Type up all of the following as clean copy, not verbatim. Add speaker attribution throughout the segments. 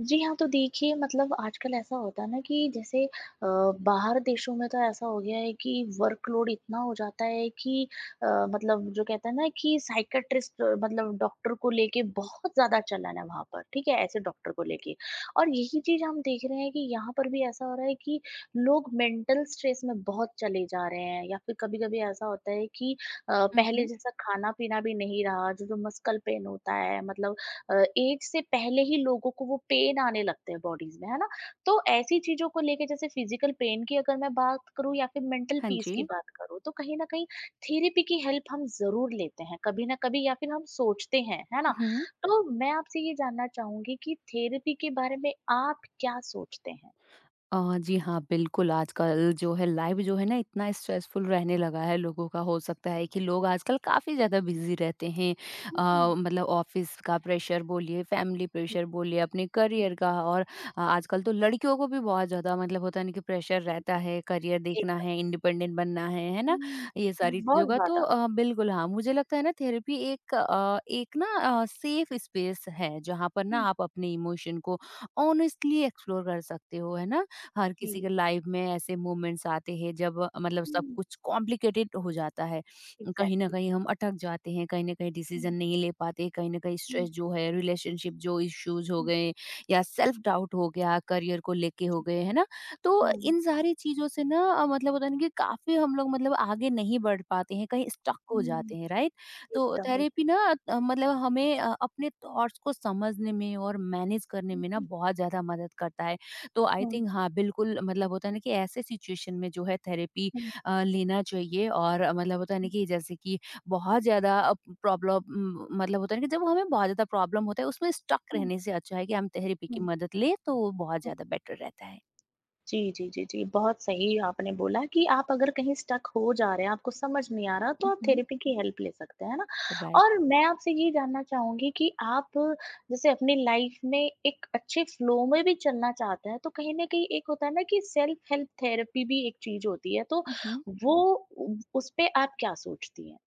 Speaker 1: जी हाँ, तो देखिए मतलब आजकल ऐसा होता है ना कि जैसे बाहर देशों में तो ऐसा हो गया है कि वर्कलोड इतना हो जाता है कि अ, मतलब जो कहते हैं ना कि साइकियाट्रिस्ट मतलब डॉक्टर को लेके बहुत ज़्यादा चलन है वहाँ पर, ठीक है? ऐसे डॉक्टर को लेके और यही चीज़ हम देख रहे हैं कि यहाँ पर भी ऐसा हो रहा है कि लोग मेंटल स्ट्रेस में बहुत चले जा रहे हैं या फिर कभी-कभी ऐसा होता है कि
Speaker 2: हुँ,
Speaker 1: पहले
Speaker 2: हुँ।
Speaker 1: जैसा खाना-पीना भी नहीं रहा, जो जो मस्कल पेन होता है मतलब एज से पहले ही लोगों को वो पेन आने लगते हैं बॉडीज में, है ना? तो ऐसी चीज़ों को लेके जैसे फिज़िकल पेन की अगर मैं बात करूँ या फिर मेंटल
Speaker 2: हाँ
Speaker 1: पीस
Speaker 2: जी।
Speaker 1: की बात करूँ, तो कहीं न कहीं थेरेपी की हेल्प हम ज़रूर लेते हैं, कभी न कभी या फिर हम सोचते हैं, है
Speaker 2: हुँ,
Speaker 1: ना?
Speaker 2: हुँ।
Speaker 1: तो मैं आपसे ये जानना चाहूँगी कि थेरेपी के बारे में आप क्या सोचते हैं?
Speaker 2: अ, जी हाँ, बिल्कुल, आजकल जो है लाइफ़ जो है ना इतना स्ट्रेसफुल रहने लगा है लोगों का, हो सकता है कि लोग आजकल काफ़ी ज़्यादा बिज़ी रहते हैं।
Speaker 1: हुँ।
Speaker 2: मतलब ऑफ़िस का प्रेशर बोलिए, फैमिली प्रेशर बोलिए, अपने करियर का और आजकल तो लड़कियों को भी बहुत ज़्यादा मतलब होता है ना कि प्रेशर रहता है, करियर देखना
Speaker 1: एकदम।
Speaker 2: है, इंडिपेंडेंट बनना है
Speaker 1: हुँ।
Speaker 2: ना?
Speaker 1: हुँ,
Speaker 2: ये
Speaker 1: हुँ।
Speaker 2: सारी चीज़ों
Speaker 1: बहुत
Speaker 2: का तो
Speaker 1: ज़्यादा।
Speaker 2: बिल्कुल हाँ, मुझे लगता है ना थेरेपी एक ना सेफ़ स्पेस है, जहाँ पर ना
Speaker 1: हुँ।
Speaker 2: आप अपने इमोशन को ऑनेस्टली एक्सप्लोर कर सकते हो, है ना? हर किसी
Speaker 1: जी।
Speaker 2: के लाइफ में ऐसे मोमेंट्स आते हैं जब मतलब सब
Speaker 1: हुँ।
Speaker 2: कुछ कॉम्प्लिकेटेड हो जाता है कहीं ना
Speaker 1: एग्ज़ैक्टली।
Speaker 2: कहीं हम अटक जाते हैं कहीं ना कहीं
Speaker 1: हुँ,
Speaker 2: डिसीजन नहीं ले पाते कहीं ना कहीं
Speaker 1: हुँ,
Speaker 2: स्ट्रेस जो है रिलेशनशिप जो इश्यूज हो
Speaker 1: हुँ।
Speaker 2: गए या सेल्फ डाउट हो गया करियर को लेके हो गए है ना तो
Speaker 1: हुँ।
Speaker 2: इन सारी चीजों से ना मतलब होता है ना कि काफी हम लोग मतलब आगे नहीं बढ़ पाते हैं कहीं स्टक हो जाते
Speaker 1: हुँ।
Speaker 2: हैं राइट तो
Speaker 1: एकदम,
Speaker 2: थेरेपी
Speaker 1: एकदम।
Speaker 2: ना मतलब हमें अपने थॉट्स को समझने में और मैनेज करने में ना
Speaker 1: हुँ,
Speaker 2: बहुत ज्यादा मदद करता है तो आई
Speaker 1: हुँ,
Speaker 2: थिंक हाँ, बिल्कुल मतलब होता है ना कि ऐसे सिचुएशन में जो है थेरेपी
Speaker 1: हुँ,
Speaker 2: लेना चाहिए और मतलब होता है ना
Speaker 1: हुँ,
Speaker 2: कि जैसे कि बहुत ज़्यादा प्रॉब्लम मतलब होता है ना कि जब हमें बहुत ज़्यादा प्रॉब्लम होता है उसमें स्टक
Speaker 1: हुँ,
Speaker 2: रहने से अच्छा है कि हम थेरेपी की
Speaker 1: हुँ।
Speaker 2: मदद लें तो वो बहुत ज़्यादा बेटर रहता है।
Speaker 1: जी, जी, जी, जी, बहुत सही आपने बोला कि आप अगर कहीं स्टक हो जा रहे हैं, आपको समझ नहीं आ रहा तो
Speaker 2: हुँ,
Speaker 1: आप
Speaker 2: हुँ।
Speaker 1: थेरेपी की हेल्प ले सकते हैं, है ना?
Speaker 2: राइट।
Speaker 1: और मैं आपसे ये जानना चाहूँगी कि आप जैसे अपनी लाइफ में एक अच्छे फ्लो में भी चलना चाहते हैं, तो कहीं न कहीं एक होता है ना कि सेल्फ हेल्प थेरेपी भी एक चीज़ होती है, तो
Speaker 2: हुँ, हुँ।
Speaker 1: वो उ उस पे आप क्या सोचती हैं?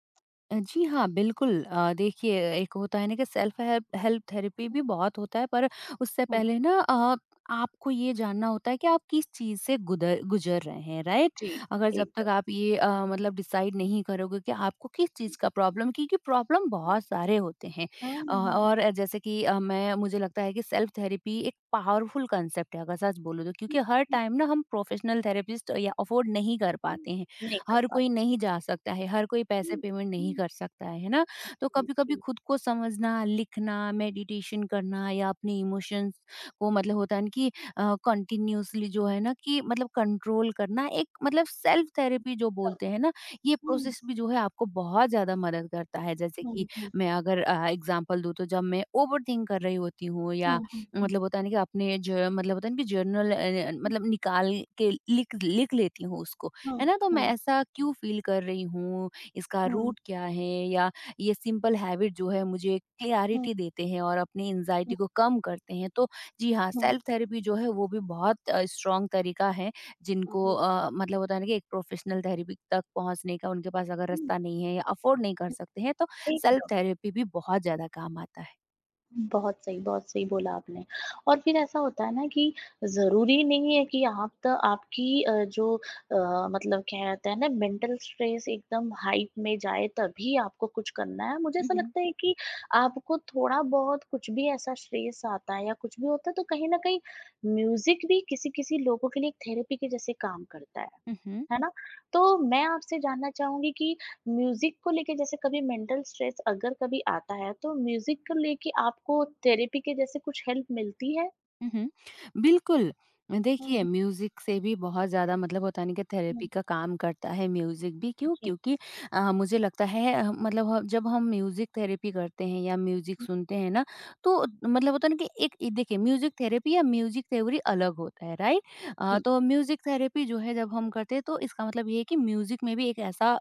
Speaker 2: जी हाँ, बिल्कुल। देखिए एक होता है ना कि सेल्फ हेल्प हेल्प थेरेपी भी बहुत होता है पर उससे
Speaker 1: हुँ,
Speaker 2: पहले ना आपको ये जानना होता है कि आप किस चीज़ से गुदर गुज़र रहे हैं, राइट?
Speaker 1: जी,
Speaker 2: अगर जब तक
Speaker 1: एकदम।
Speaker 2: आप ये मतलब डिसाइड नहीं करोगे कि आपको किस चीज़ का प्रॉब्लम क्योंकि प्रॉब्लम बहुत सारे होते हैं।
Speaker 1: हाँ, हाँ।
Speaker 2: और जैसे कि मैं मुझे लगता है कि सेल्फ थेरेपी एक पावरफुल कांसेप्ट है अगर सच बोलूँ तो क्योंकि हर टाइम ना हम प्रोफेशनल थेरेपिस्ट या अफोर्ड नहीं कर पाते हैं।
Speaker 1: nên cái
Speaker 2: हर
Speaker 1: cái,
Speaker 2: कोई नहीं जा सकता है, हर कोई पैसे
Speaker 1: um
Speaker 2: पेमेंट नहीं कर सकता है ना? तो कभी-कभी
Speaker 1: um
Speaker 2: खुद को समझना, लिखना, मेडिटेशन करना या अपने इमोशंस को मतलब होता है ना कि कंटिन्यूअसली जो है ना कि मतलब कंट्रोल करना एक मतलब सेल्फ थेरेपी जो बोलते हैं ना, ये प्रोसेस भी जो है आपको बहुत ज़्यादा मदद करता है। जैसे कि
Speaker 1: um um
Speaker 2: मैं अगर एग्ज़ाम्पल दूँ तो जब मैं ओवरथिंक कर रही होती हूँ या
Speaker 1: um um um
Speaker 2: मतलब होता है ना कि अपने ज मतलब होता है ना कि जर्नल मतलब निकाल के लिख लिख लेती हूँ
Speaker 1: um um um um um um um um um um um
Speaker 2: उसको। है
Speaker 1: um
Speaker 2: ना? तो
Speaker 1: um
Speaker 2: मैं
Speaker 1: um um
Speaker 2: ऐसा क्यों फ़ील कर रही हूँ, इसका रूट क्या है या ये सिंपल हैबिट जो है मुझे क्लैरिटी देते हैं और अपनी एंग्ज़ायटी को कम करते हैं। तो जी हाँ, सेल्फ थेरेपी जो है वो भी बहुत स्ट्रॉन्ग तरीका है जिनको
Speaker 1: um
Speaker 2: मतलब होता है ना कि एक प्रोफ़ेशनल थेरेपी तक पहुँचने का उनके पास अगर रास्ता नहीं है या अफ़ोर्ड नहीं कर सकते हैं तो
Speaker 1: um
Speaker 2: सेल्फ
Speaker 1: um
Speaker 2: थेरेपी भी बहुत ज़्यादा काम आता है।
Speaker 1: बहुत सही बोला आपने। और फिर ऐसा होता है ना कि ज़रूरी नहीं है कि आप त आपकी जो अ, मतलब क्या कहते हैं ना मेंटल स्ट्रेस एकदम हाइप में जाए तभी आपको कुछ करना है। मुझे
Speaker 2: हुँ,
Speaker 1: ऐसा
Speaker 2: हुँ।
Speaker 1: लगता है कि आपको थोड़ा-बहुत कुछ भी ऐसा स्ट्रेस आता है या कुछ भी होता है तो कहीं न कहीं म्यूज़िक भी किसी-किसी लोगों के लिए एक थेरेपी के जैसे काम करता है।
Speaker 2: हुँ, हुँ।
Speaker 1: है ना? तो मैं आपसे जानना चाहूँगी कि म्यूजिक को लेके जैसे कभी मेंटल स्ट्रेस अगर कभी आता है तो म्यूजिक को लेके आपको थेरेपी के जैसे कुछ हेल्प मिलती है?
Speaker 2: उहुँ। बिल्कुल,
Speaker 1: हुँ,
Speaker 2: देखिए
Speaker 1: हुँ,
Speaker 2: म्यूज़िक से भी बहुत ज़्यादा मतलब होता नहीं कि थेरेपी
Speaker 1: हुँ।
Speaker 2: का काम करता है म्यूज़िक भी क्यों?
Speaker 1: जी,
Speaker 2: क्योंकि मुझे लगता है मतलब ह जब हम म्यूज़िक थेरेपी करते हैं या म्यूज़िक सुनते हैं ना, तो मतलब होता है ना कि एक इ देखिए म्यूज़िक थेरेपी या म्यूज़िक थ्योरी अलग होता है, राइट?
Speaker 1: जी।
Speaker 2: तो म्यूज़िक थेरेपी जो है जब हम करते हैं तो इसका मतलब ये है कि म्यूज़िक में भी एक ऐसा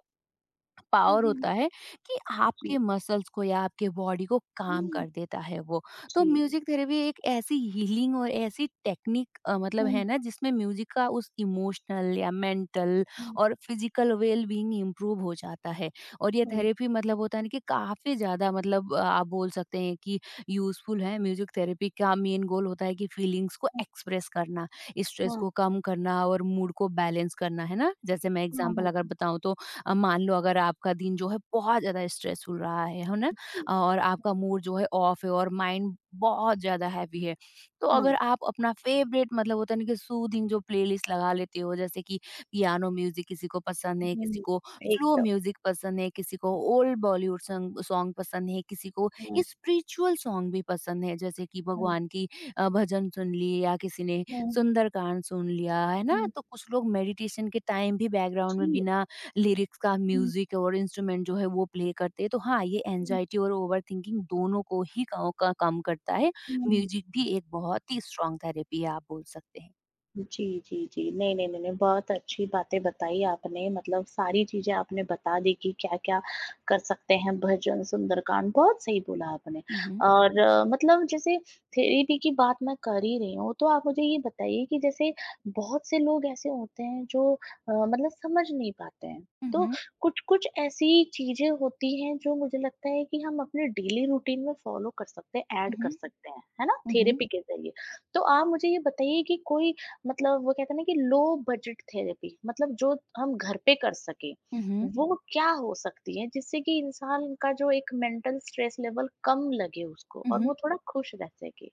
Speaker 1: हुँ,
Speaker 2: पावर
Speaker 1: हुँ।
Speaker 2: होता है कि आपके
Speaker 1: जी,
Speaker 2: मसल्स को या आपके बॉडी को काम
Speaker 1: हुँ।
Speaker 2: कर देता है वो। तो
Speaker 1: जी।
Speaker 2: म्यूज़िक थेरेपी एक ऐसी हीलिंग और ऐसी टेक्निक मतलब
Speaker 1: हुँ,
Speaker 2: है ना जिसमें म्यूज़िक का उस इमोशनल या मेंटल
Speaker 1: हुँ,
Speaker 2: और फिज़िकल वेल बीइंग इम्प्रूव हो जाता है। और ये
Speaker 1: हुँ,
Speaker 2: थेरेपी मतलब होता है ना कि काफ़ी ज़्यादा मतलब आप बोल सकते हैं कि यूज़फुल है। म्यूज़िक थेरेपी का मेन गोल होता है कि फीलिंग्स को
Speaker 1: हुँ।
Speaker 2: एक्सप्रेस करना, स्ट्रेस
Speaker 1: हाँ,
Speaker 2: को कम करना और मूड को बैलेंस करना, है ना? जैसे मैं
Speaker 1: हाँ,
Speaker 2: एग्ज़ाम्पल अगर
Speaker 1: हाँ।
Speaker 2: बताऊँ तो मान लो अगर आपका दिन जो है बहुत ज़्यादा स्ट्रेसफुल रहा है ना?
Speaker 1: जी।
Speaker 2: और आपका मूड जो है ऑफ है और माइंड बहुत ज़्यादा हैवी है। तो अगर
Speaker 1: हाँ,
Speaker 2: आप अपना फेवरेट मतलब होता है ना कि सूदिंग जो प्लेलिस्ट लगा लेते हो जैसे कि पियानो म्यूज़िक किसी को पसंद है, किसी
Speaker 1: हुँ।
Speaker 2: को स्लो
Speaker 1: एकदम।
Speaker 2: म्यूज़िक पसंद है, किसी को ओल्ड बॉलीवुड संग सॉन्ग पसंद है, किसी को
Speaker 1: हुँ,
Speaker 2: स्पिरिचुअल सॉन्ग भी पसंद है जैसे कि
Speaker 1: हुँ,
Speaker 2: भगवान की भजन सुन लिए या किसी ने
Speaker 1: हुँ,
Speaker 2: सुंदरकांड सुन लिया, है ना?
Speaker 1: हुँ।
Speaker 2: तो कुछ लोग मेडिटेशन के टाइम भी बैकग्राउंड में
Speaker 1: जी।
Speaker 2: बिना लिरिक्स का
Speaker 1: हुँ,
Speaker 2: म्यूजिक और इंस्ट्रूमेंट जो है वो प्ले करते हैं तो हाँ ये
Speaker 1: हुँ,
Speaker 2: एंजाइटी और ओवरथिंकिंग दोनों को ही का कम करता है
Speaker 1: हुँ।
Speaker 2: म्यूजिक भी एक बहुत ही स्ट्रांग थेरेपी है आप बोल सकते हैं
Speaker 1: जी, जी, जी। नहीं, नहीं, नहीं, नहीं, बहुत अच्छी बातें बताई आपने मतलब सारी चीज़ें आपने बता दी कि क्या-क्या कर सकते हैं भजन, सुंदरकांड, बहुत सही बोला आपने।
Speaker 2: मम्,
Speaker 1: और मतलब जैसे थेरेपी की बात मैं कर ही रही हूँ, तो आप मुझे ये बताइए कि जैसे बहुत से लोग ऐसे होते हैं जो मतलब समझ नहीं पाते हैं।
Speaker 2: मम्,
Speaker 1: तो
Speaker 2: मम्,
Speaker 1: कुछ-कुछ ऐसी चीज़ें होती हैं जो मुझे लगता है कि हम अपने डेली रूटीन में फ़ॉलो कर सकते हैं, ऐड कर सकते हैं, है ना?
Speaker 2: मम्,
Speaker 1: थेरेपी के ज़रिए। तो आप मुझे ये बताइए कि कोई मतलब वो कहते हैं ना कि लो बजट थेरेपी मतलब जो हम घर पे कर सकें,
Speaker 2: मम्,
Speaker 1: वो क्या हो सकती है जिससे कि इंसान का जो एक मेंटल स्ट्रेस लेवल कम लगे उसको और
Speaker 2: मम्,
Speaker 1: वो थोड़ा खुश रह सके?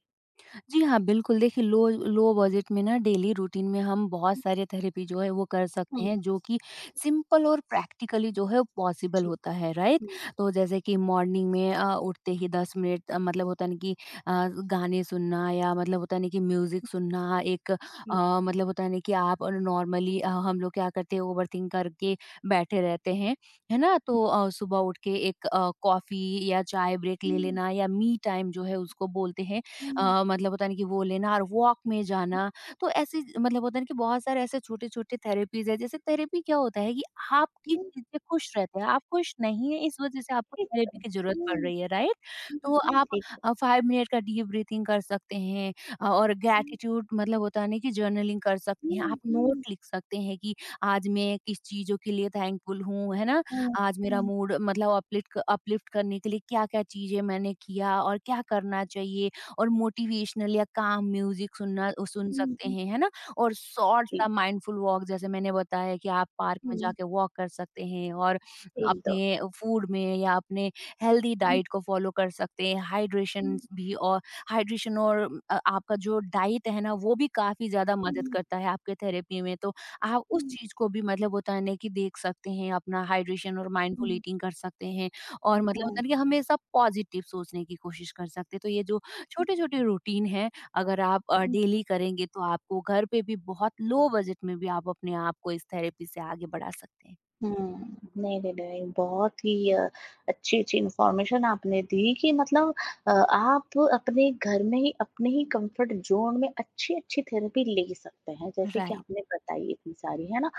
Speaker 2: जी हाँ, बिल्कुल। देखिए लो लो बजट में ना डेली रूटीन में हम बहुत सारे थेरेपी जो है वो कर सकते
Speaker 1: हुँ,
Speaker 2: हैं जो कि सिंपल और प्रैक्टिकली जो है पॉसिबल
Speaker 1: जी,
Speaker 2: होता है, राइट?
Speaker 1: हुँ,
Speaker 2: तो जैसे कि मॉर्निंग में उठते ही 10 मिनट मतलब होता है ना कि अ, गाने सुनना या मतलब होता है ना कि म्यूज़िक सुनना एक
Speaker 1: जी।
Speaker 2: मतलब होता है ना कि आप नॉर्मली हम लोग क्या करते हैं ओवरथिंक करके बैठे रहते हैं, है ना? तो सुबह उठ के एक कॉफ़ी या चाय ब्रेक ले लेना या मी टाइम जो है उसको बोलते हैं।
Speaker 1: हुँ, हुँ,
Speaker 2: मतलब होता है ना कि वो लेना और वॉक में जाना। तो ऐसी मतलब होता है ना कि बहुत सारे ऐसे छोटे-छोटे थेरेपीज़ हैं। जैसे थेरेपी क्या होता है कि आप किस
Speaker 1: हुँ।
Speaker 2: चीज़ से खुश रहते हैं, आप खुश नहीं हैं इस वज़ह से आपको थेरेपी
Speaker 1: एकदम।
Speaker 2: की ज़रूरत
Speaker 1: हुँ,
Speaker 2: पड़ रही है, राइट?
Speaker 1: हुँ,
Speaker 2: तो
Speaker 1: हुँ।
Speaker 2: आप
Speaker 1: एकदम।
Speaker 2: 5 मिनट का डीप ब्रीथिंग कर सकते हैं और
Speaker 1: हुँ,
Speaker 2: ग्रैटिट्यूड मतलब होता है ना कि जर्नलिंग कर सकते हैं। आप
Speaker 1: हुँ, हुँ।
Speaker 2: नोट लिख सकते हैं कि आज मैं किस चीज़ों के लिए थैंकफुल हूँ, है ना?
Speaker 1: हाँ,
Speaker 2: आज मेरा
Speaker 1: हुँ,
Speaker 2: मूड मतलब अपलिफ्ट अपलिफ्ट करने के लिए क्या-क्या चीज़ें मैंने किया और क्या करना चाहिए। और मोटिवेशनल या काम म्यूजिक सुन
Speaker 1: हुँ,
Speaker 2: सकते
Speaker 1: हुँ।
Speaker 2: हैं, है ना? और शॉर्ट सा
Speaker 1: जी।
Speaker 2: माइंडफुल वॉक जैसे मैंने बताया कि आप पार्क में
Speaker 1: हुँ।
Speaker 2: जाके वॉक कर सकते हैं और
Speaker 1: एकदम।
Speaker 2: अपने फूड में या अपने हेल्दी
Speaker 1: हुँ,
Speaker 2: डाइट को फॉलो कर सकते हैं, हाइड्रेशन
Speaker 1: हुँ,
Speaker 2: भी और हाइड्रेशन और आपका जो डाइट है ना वो भी काफ़ी ज़्यादा मदद
Speaker 1: हुँ,
Speaker 2: करता है आपके थेरेपी में, तो आप उस
Speaker 1: हुँ,
Speaker 2: चीज़ को भी मतलब होता है ना कि देख सकते हैं, अपना हाइड्रेशन और माइंडफुल
Speaker 1: हुँ।
Speaker 2: ईटिंग कर सकते हैं और मतलब होता है ना कि हमेशा पॉजिटिव सोचने की कोशिश कर सकते हैं, तो ये जो छोटे-छोटे रूटीन हैं, अगर आप
Speaker 1: हाँ।
Speaker 2: डेली करेंगे तो आपको घर पे भी बहुत लो बजट में भी आप अपने आप को इस थेरेपी से आगे बढ़ा सकते हैं।
Speaker 1: हुँ। नहीं, नहीं, नहीं, बहुत ही अच्छी-अच्छी इन्फॉर्मेशन आपने दी कि मतलब आप अपने घर में ही अपने ही कम्फर्ट ज़ोन में अच्छी-अच्छी थेरेपी ले सकते हैं, जैसे कि
Speaker 2: राइट।
Speaker 1: आपने बताई इतनी सारी, है ना?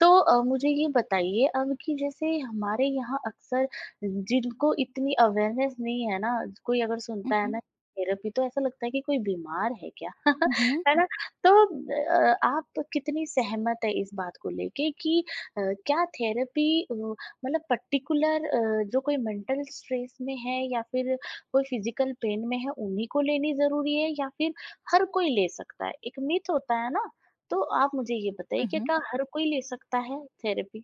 Speaker 1: तो मुझे ये बताइए अब कि जैसे हमारे यहाँ अक्सर जिनको इतनी अवेयरनेस नहीं है ना, कोई अगर
Speaker 2: हुँ,
Speaker 1: सुनता है
Speaker 2: हुँ।
Speaker 1: ना थेरेपी तो ऐसा लगता है कि कोई बीमार है क्या?
Speaker 2: हुँ,
Speaker 1: है ना? तो आप कितनी सहमत है इस बात को लेके कि अ, क्या थेरेपी मतलब पर्टिकुलर जो कोई मेंटल स्ट्रेस में है या फिर कोई फिजिकल पेन में है उन्हीं को लेनी ज़रूरी है या फिर हर कोई ले सकता है? एक मिथ होता है ना तो आप मुझे ये बताइए कि
Speaker 2: हुँ।
Speaker 1: क्या हर कोई ले सकता है थेरेपी?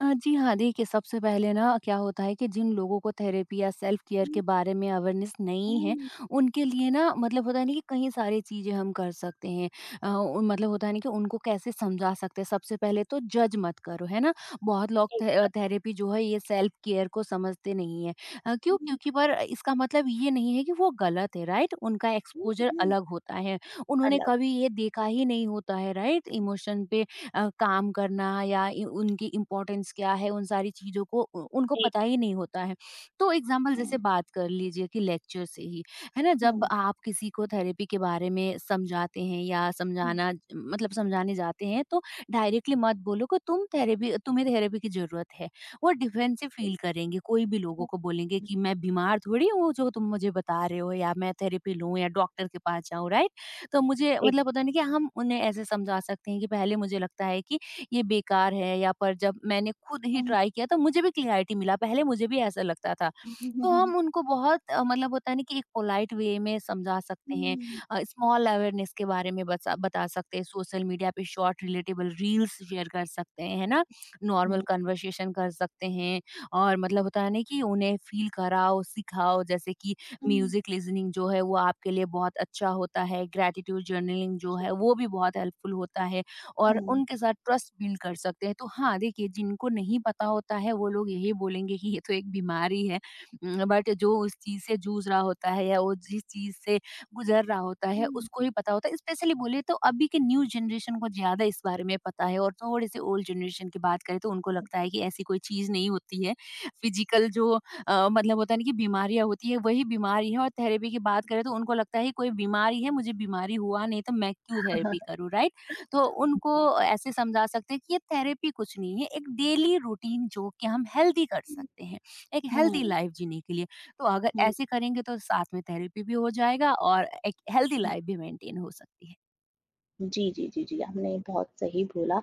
Speaker 2: जी हाँ, देखिए सबसे पहले ना क्या होता है कि जिन लोगों को थेरेपी या सेल्फ केयर के
Speaker 1: हुँ,
Speaker 2: बारे में अवेयरनेस नहीं है,
Speaker 1: हुँ।
Speaker 2: उनके लिए ना मतलब होता है ना कि कई सारी चीज़ें हम कर सकते हैं। अ, उ मतलब होता है ना कि उनको कैसे समझा सकते हैं, सबसे पहले तो जज मत करो, है ना? बहुत लोग
Speaker 1: एक
Speaker 2: थे थेरेपी जो है ये सेल्फ केयर को समझते नहीं हैं। क्यों?
Speaker 1: हुँ,
Speaker 2: क्योंकि पर इसका मतलब ये नहीं है कि वो गलत है, राइट? उनका
Speaker 1: हुँ,
Speaker 2: एक्सपोज़र
Speaker 1: हुँ।
Speaker 2: अलग होता है। उन्होंने
Speaker 1: अलग,
Speaker 2: कभी ये देखा ही नहीं होता है, राइट? इमोशन पे काम करना या उनकी इम्पोर्टेंस क्या है उन सारी चीज़ों को उनको
Speaker 1: एक
Speaker 2: पता ही नहीं होता है तो एग्जाम्पल जैसे
Speaker 1: हुँ,
Speaker 2: बात कर लीजिए कि लेक्चर से ही है ना जब
Speaker 1: हुँ,
Speaker 2: आप किसी को थेरेपी के बारे में समझाते हैं या
Speaker 1: हुँ,
Speaker 2: समझाना मतलब समझाने जाते हैं तो डायरेक्टली मत बोलो कि तुम्हें थेरेपी की जरूरत है वो डिफेंसिव
Speaker 1: एक
Speaker 2: फील करेंगे कोई भी लोगों
Speaker 1: हुँ,
Speaker 2: को बोलेंगे
Speaker 1: हुँ,
Speaker 2: कि मैं बीमार थोड़ी हूँ जो तुम मुझे बता रहे हो या मैं थेरेपी लूँ या डॉक्टर के पास जाऊँ राइट तो मुझे
Speaker 1: एक
Speaker 2: मतलब होता है ना कि हम उन्हें ऐसे समझा सकते हैं कि पहले मुझे लगता है कि ये बेकार है या पर जब मैंने खुद ही
Speaker 1: हुँ,
Speaker 2: ट्राई किया तो मुझे भी क्लैरिटी मिला, पहले मुझे भी ऐसा लगता था।
Speaker 1: हुँ, हुँ, हुँ,
Speaker 2: तो
Speaker 1: हुँ,
Speaker 2: हम उनको बहुत मतलब होता है ना कि एक पोलाइट वे में समझा सकते हैं। स्मॉल अवेयरनेस के बारे में बचा बता सकते हैं, सोशल मीडिया पे शॉर्ट रिलेटेबल रील्स शेयर कर सकते हैं, है ना? नॉर्मल
Speaker 1: हुँ,
Speaker 2: कन्वर्सेशन कर सकते हैं और मतलब होता है ना कि उन्हें फील कराओ, सिखाओ जैसे कि
Speaker 1: हुँ,
Speaker 2: म्यूज़िक लिसनिंग जो है वो आपके लिए बहुत अच्छा होता है, ग्रैटिट्यूड जर्नलिंग जो है वो भी बहुत हेल्पफुल होता है,
Speaker 1: हुँ,
Speaker 2: और
Speaker 1: हुँ, हुँ,
Speaker 2: उनके साथ ट्रस्ट बिल्ड कर सकते हैं। तो हाँ, देखिए, जिनको नहीं पता होता है वो लोग यही बोलेंगे कि ये तो एक बीमारी है, बट जो उस चीज़ से जूझ रहा होता है या वो जिस चीज़ से गुज़र रहा होता है
Speaker 1: हुँ,
Speaker 2: उसको ही पता होता है। स्पेशली बोले तो अभी के न्यू जनरेशन को ज़्यादा इस बारे में पता है, और थोड़े से ओल्ड जनरेशन की बात करें तो उनको लगता है कि ऐसी कोई चीज़ नहीं होती है। फिज़िकल जो मतलब होता है ना कि बीमारियाँ होती है, वही बीमारी है। और थेरेपी की बात करें तो उनको लगता है कि कोई बीमारी है, मुझे बीमारी हुआ नहीं तो मैं क्यों थेरेपी करूँ, राइट? तो उनको ऐसे समझा सकते हैं कि ये थेरेपी कुछ नहीं है, एक डेली रूटीन जो कि हम हेल्दी कर
Speaker 1: हुँ,
Speaker 2: सकते हैं, एक
Speaker 1: हुँ।
Speaker 2: हेल्दी
Speaker 1: हुँ,
Speaker 2: लाइफ जीने के लिए। तो अगर
Speaker 1: हुँ, हुँ,
Speaker 2: ऐसे करेंगे तो साथ में थेरेपी भी हो जाएगा और एक हेल्दी लाइफ भी मेंटेन हो सकती
Speaker 1: जी, जी, जी, जी, आपने बहुत सही बोला।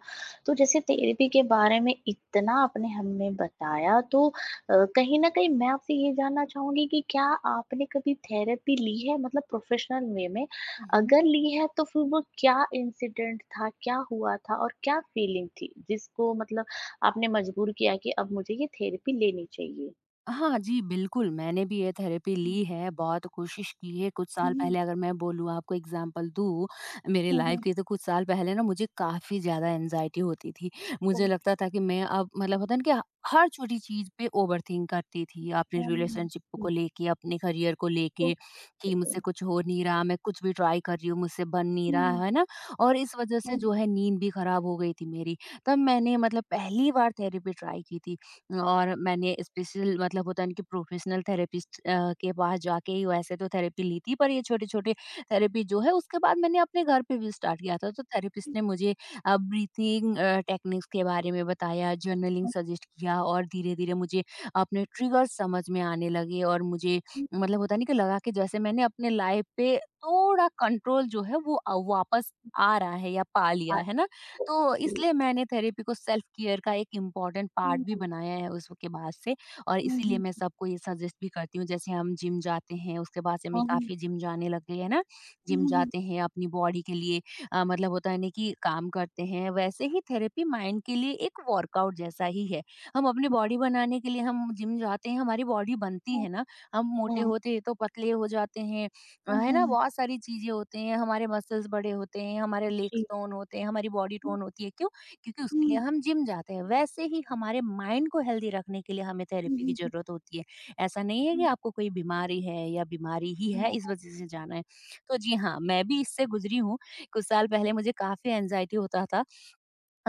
Speaker 1: तो जैसे थेरेपी के बारे में इतना आपने हमें बताया तो कहीं न कहीं मैं आपसे ये जानना चाहूँगी कि क्या आपने कभी थेरेपी ली है मतलब प्रोफ़ेशनल वे में?
Speaker 2: है।
Speaker 1: अगर ली है तो फिर वो क्या इंसिडेंट था, क्या हुआ था और क्या फीलिंग थी जिसको मतलब आपने मजबूर किया कि अब मुझे ये थेरेपी लेनी चाहिए?
Speaker 2: हाँ जी, बिल्कुल, मैंने भी ये थेरेपी ली
Speaker 1: हुँ,
Speaker 2: है, बहुत कोशिश की है। कुछ साल
Speaker 1: हुँ,
Speaker 2: पहले, अगर मैं बोलूँ, आपको एग्ज़ाम्पल दूँ, मेरे
Speaker 1: हुँ,
Speaker 2: लाइफ़
Speaker 1: हुँ।
Speaker 2: के तो कुछ साल पहले ना मुझे काफ़ी ज़्यादा एंग्ज़ायटी होती थी। मुझे
Speaker 1: ओके।
Speaker 2: लगता था कि मैं अब मतलब होता है ना कि हर छोटी चीज़ पे ओवरथिंक करती थी, अपने
Speaker 1: हुँ, हुँ।
Speaker 2: रिलेशनशिप को लेके, अपने करियर को
Speaker 1: हुँ,
Speaker 2: लेके, कि मुझसे
Speaker 1: ओके।
Speaker 2: कुछ हो नहीं रहा, मैं कुछ भी ट्राई कर रही हूँ, मुझसे बन नहीं रहा,
Speaker 1: हुँ,
Speaker 2: है ना? और इस वज़ह से
Speaker 1: हुँ,
Speaker 2: जो है नींद भी खराब हो गई थी मेरी। तब मैंने मतलब पहली बार थेरेपी ट्राई की थी। और मैंने स्पेशल मतलब होता है ना कि प्रोफेशनल थेरेपिस्ट के पास जाके ही वैसे तो थेरेपी ली थी, पर ये छोटे-छोटे थेरेपी जो है उसके बाद मैंने अपने घर पे भी स्टार्ट किया था। तो थेरेपिस्ट ने मुझे ब्रीथिंग टेक्निक्स के बारे में बताया, जर्नलिंग
Speaker 1: हुँ,
Speaker 2: सजेस्ट किया, और धीरे-धीरे मुझे अपने ट्रिगर्स समझ में आने लगे। और मुझे
Speaker 1: हुँ।
Speaker 2: मतलब होता नहीं कि लगा कि जैसे मैंने अपने लाइफ पे थोड़ा कंट्रोल जो है वो वापस आ रहा है या पा लिया,
Speaker 1: हाँ,
Speaker 2: है ना? तो
Speaker 1: ओके।
Speaker 2: इसलिए मैंने थेरेपी को सेल्फ केयर का एक इम्पॉर्टेंट पार्ट
Speaker 1: Ừm,
Speaker 2: भी बनाया है उसके बाद से। और
Speaker 1: ừm,
Speaker 2: इसीलिए
Speaker 1: ừm.
Speaker 2: मैं सबको ये सजेस्ट भी करती हूँ। जैसे हम जिम जाते हैं, उसके बाद से मैं काफ़ी जिम जाने लग गई, है ना? जिम
Speaker 1: ừm,
Speaker 2: जाते हैं अपनी बॉडी के लिए, मतलब होता है ना कि काम करते हैं, वैसे ही थेरेपी माइंड के लिए एक वर्कआउट जैसा ही है। हम अपनी बॉडी बनाने के लिए हम जिम जाते हैं, हमारी बॉडी बनती है ना, हम
Speaker 1: Ờ,
Speaker 2: मोटे होते हैं तो पतले हो जाते हैं,
Speaker 1: ờ,
Speaker 2: है
Speaker 1: ờ,
Speaker 2: ना? बहुत सारी चीजें होते हैं, हमारे मसल्स बड़े होते हैं, हमारे लेग्स
Speaker 1: thì
Speaker 2: टोन होते हैं, हमारी बॉडी टोन होती है, क्यों? क्योंकि
Speaker 1: ừm,
Speaker 2: उसके लिए
Speaker 1: ừm,
Speaker 2: हम जिम जाते हैं। वैसे ही हमारे माइंड को हेल्दी रखने के लिए हमें
Speaker 1: ừm,
Speaker 2: थेरेपी की
Speaker 1: ừm,
Speaker 2: जरूरत होती है। ऐसा नहीं है कि
Speaker 1: ừm,
Speaker 2: आपको कोई बीमारी है या बीमारी ही है इस वजह से जाना है। तो जी हाँ, मैं भी इससे गुजरी हूँ, कुछ साल पहले मुझे काफी एंजाइटी होता था।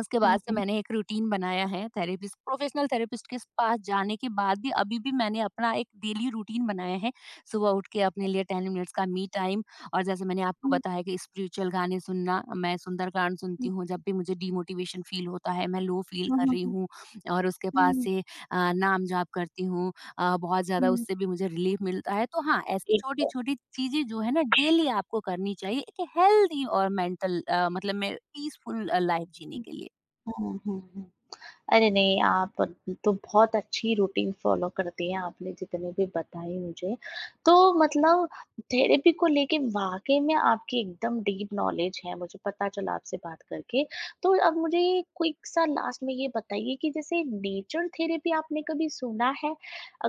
Speaker 2: उसके
Speaker 1: à, à,
Speaker 2: बाद से
Speaker 1: ừm,
Speaker 2: मैंने एक रूटीन बनाया है, थेरेपिस्ट, प्रोफेशनल थेरेपिस्ट के पास जाने के बाद भी अभी भी मैंने अपना एक डेली रूटीन बनाया है। सुबह उठ के अपने लिए 10 मिनट्स का मी टाइम, और जैसे मैंने आपको
Speaker 1: ừm,
Speaker 2: बताया कि स्पिरिचुअल गाने सुनना। मैं सुंदरकांड सुनती हूँ, जब भी मुझे डिमोटिवेशन फील होता है, मैं लो फील
Speaker 1: ờ,
Speaker 2: कर रही
Speaker 1: ờ,
Speaker 2: हूँ। और उसके
Speaker 1: ờ,
Speaker 2: बाद
Speaker 1: ừm,
Speaker 2: से नाम जाप करती हूँ, बहुत ज़्यादा
Speaker 1: ừm,
Speaker 2: उससे भी मुझे रिलीफ मिलता है। तो हाँ, ऐसी
Speaker 1: thì,
Speaker 2: छोटी-छोटी चीज़ें जो है ना डेली आपको करनी चाहिए, एक हेल्दी और मेंटल मतलब मैं पीसफुल लाइफ जीने
Speaker 1: ừm,
Speaker 2: के लिए।
Speaker 1: à, à, à. अरे नहीं, आप तो बहुत अच्छी रूटीन फ़ॉलो करती हैं, आपने जितने भी बताई मुझे। तो मतलब थेरेपी को लेके वाक़ई में आपकी एकदम डीप नॉलेज है, मुझे पता चला आपसे बात करके। तो अब मुझे क्विक सा लास्ट में ये बताइए कि जैसे नेचर थेरेपी आपने कभी सुना है?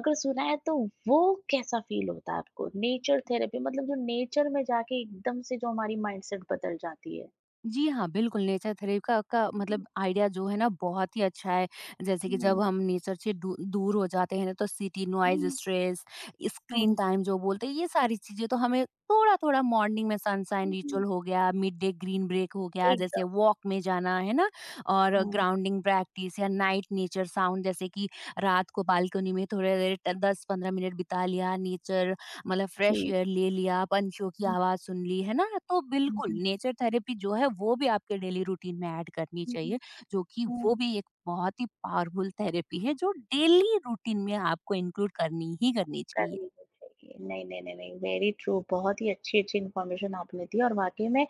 Speaker 1: अगर सुना है तो वो कैसा फ़ील होता है आपको? नेचर थेरेपी मतलब जो नेचर में जाके एकदम से जो हमारी माइंडसेट बदल जाती है।
Speaker 2: जी हाँ, बिल्कुल, नेचर थेरेपी का
Speaker 1: हुँ,
Speaker 2: मतलब आइडिया जो है ना बहुत ही अच्छा है। जैसे कि जब हम नेचर से दू दूर हो जाते हैं ना, तो सिटी नॉइज़,
Speaker 1: हुँ,
Speaker 2: स्ट्रेस, स्क्रीन
Speaker 1: हुँ,
Speaker 2: टाइम जो बोलते हैं, ये सारी चीज़ें तो हमें थोड़ा-थोड़ा मॉर्निंग में सनशाइन
Speaker 1: हुँ,
Speaker 2: रिचुअल
Speaker 1: हुँ,
Speaker 2: हो गया, मिड डे ग्रीन ब्रेक हो गया, जैसे
Speaker 1: एकदम।
Speaker 2: वॉक में जाना, है ना? और
Speaker 1: हुँ।
Speaker 2: ग्राउंडिंग प्रैक्टिस या नाइट नेचर साउंड, जैसे कि रात को बालकनी में थोड़ी देर 10-15 मिनट बिता लिया, नेचर मतलब फ्रेश
Speaker 1: जी।
Speaker 2: एयर ले लिया, पंछियों की
Speaker 1: हुँ,
Speaker 2: आवाज सुन ली, है ना? तो बिल्कुल
Speaker 1: हुँ,
Speaker 2: नेचर थेरेपी जो है वो भी आपके डेली रूटीन में ऐड करनी
Speaker 1: हुँ।
Speaker 2: चाहिए, जो कि
Speaker 1: हुँ,
Speaker 2: वो भी एक बहुत ही पावरफुल थेरेपी है, जो डेली रूटीन में आपको इंक्लूड करनी ही करनी चाहिए।
Speaker 1: करनी तो चाहिए। नहीं, नहीं, नहीं, नहीं, वेरी ट्रू बहुत ही अच्छी-अच्छी इन्फॉर्मेशन आपने दी और वाक़ई में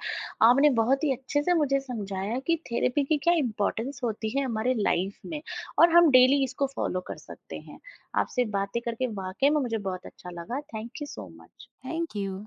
Speaker 1: आपने बहुत ही अच्छे से मुझे समझाया कि थेरेपी की क्या इम्पोर्टेंस होती है हमारे लाइफ़ में और हम डेली इसको फ़ॉलो कर सकते हैं। आपसे बातें करके वाक़ई में मुझे बहुत अच्छा लगा। Thank you so much.
Speaker 2: Thank you.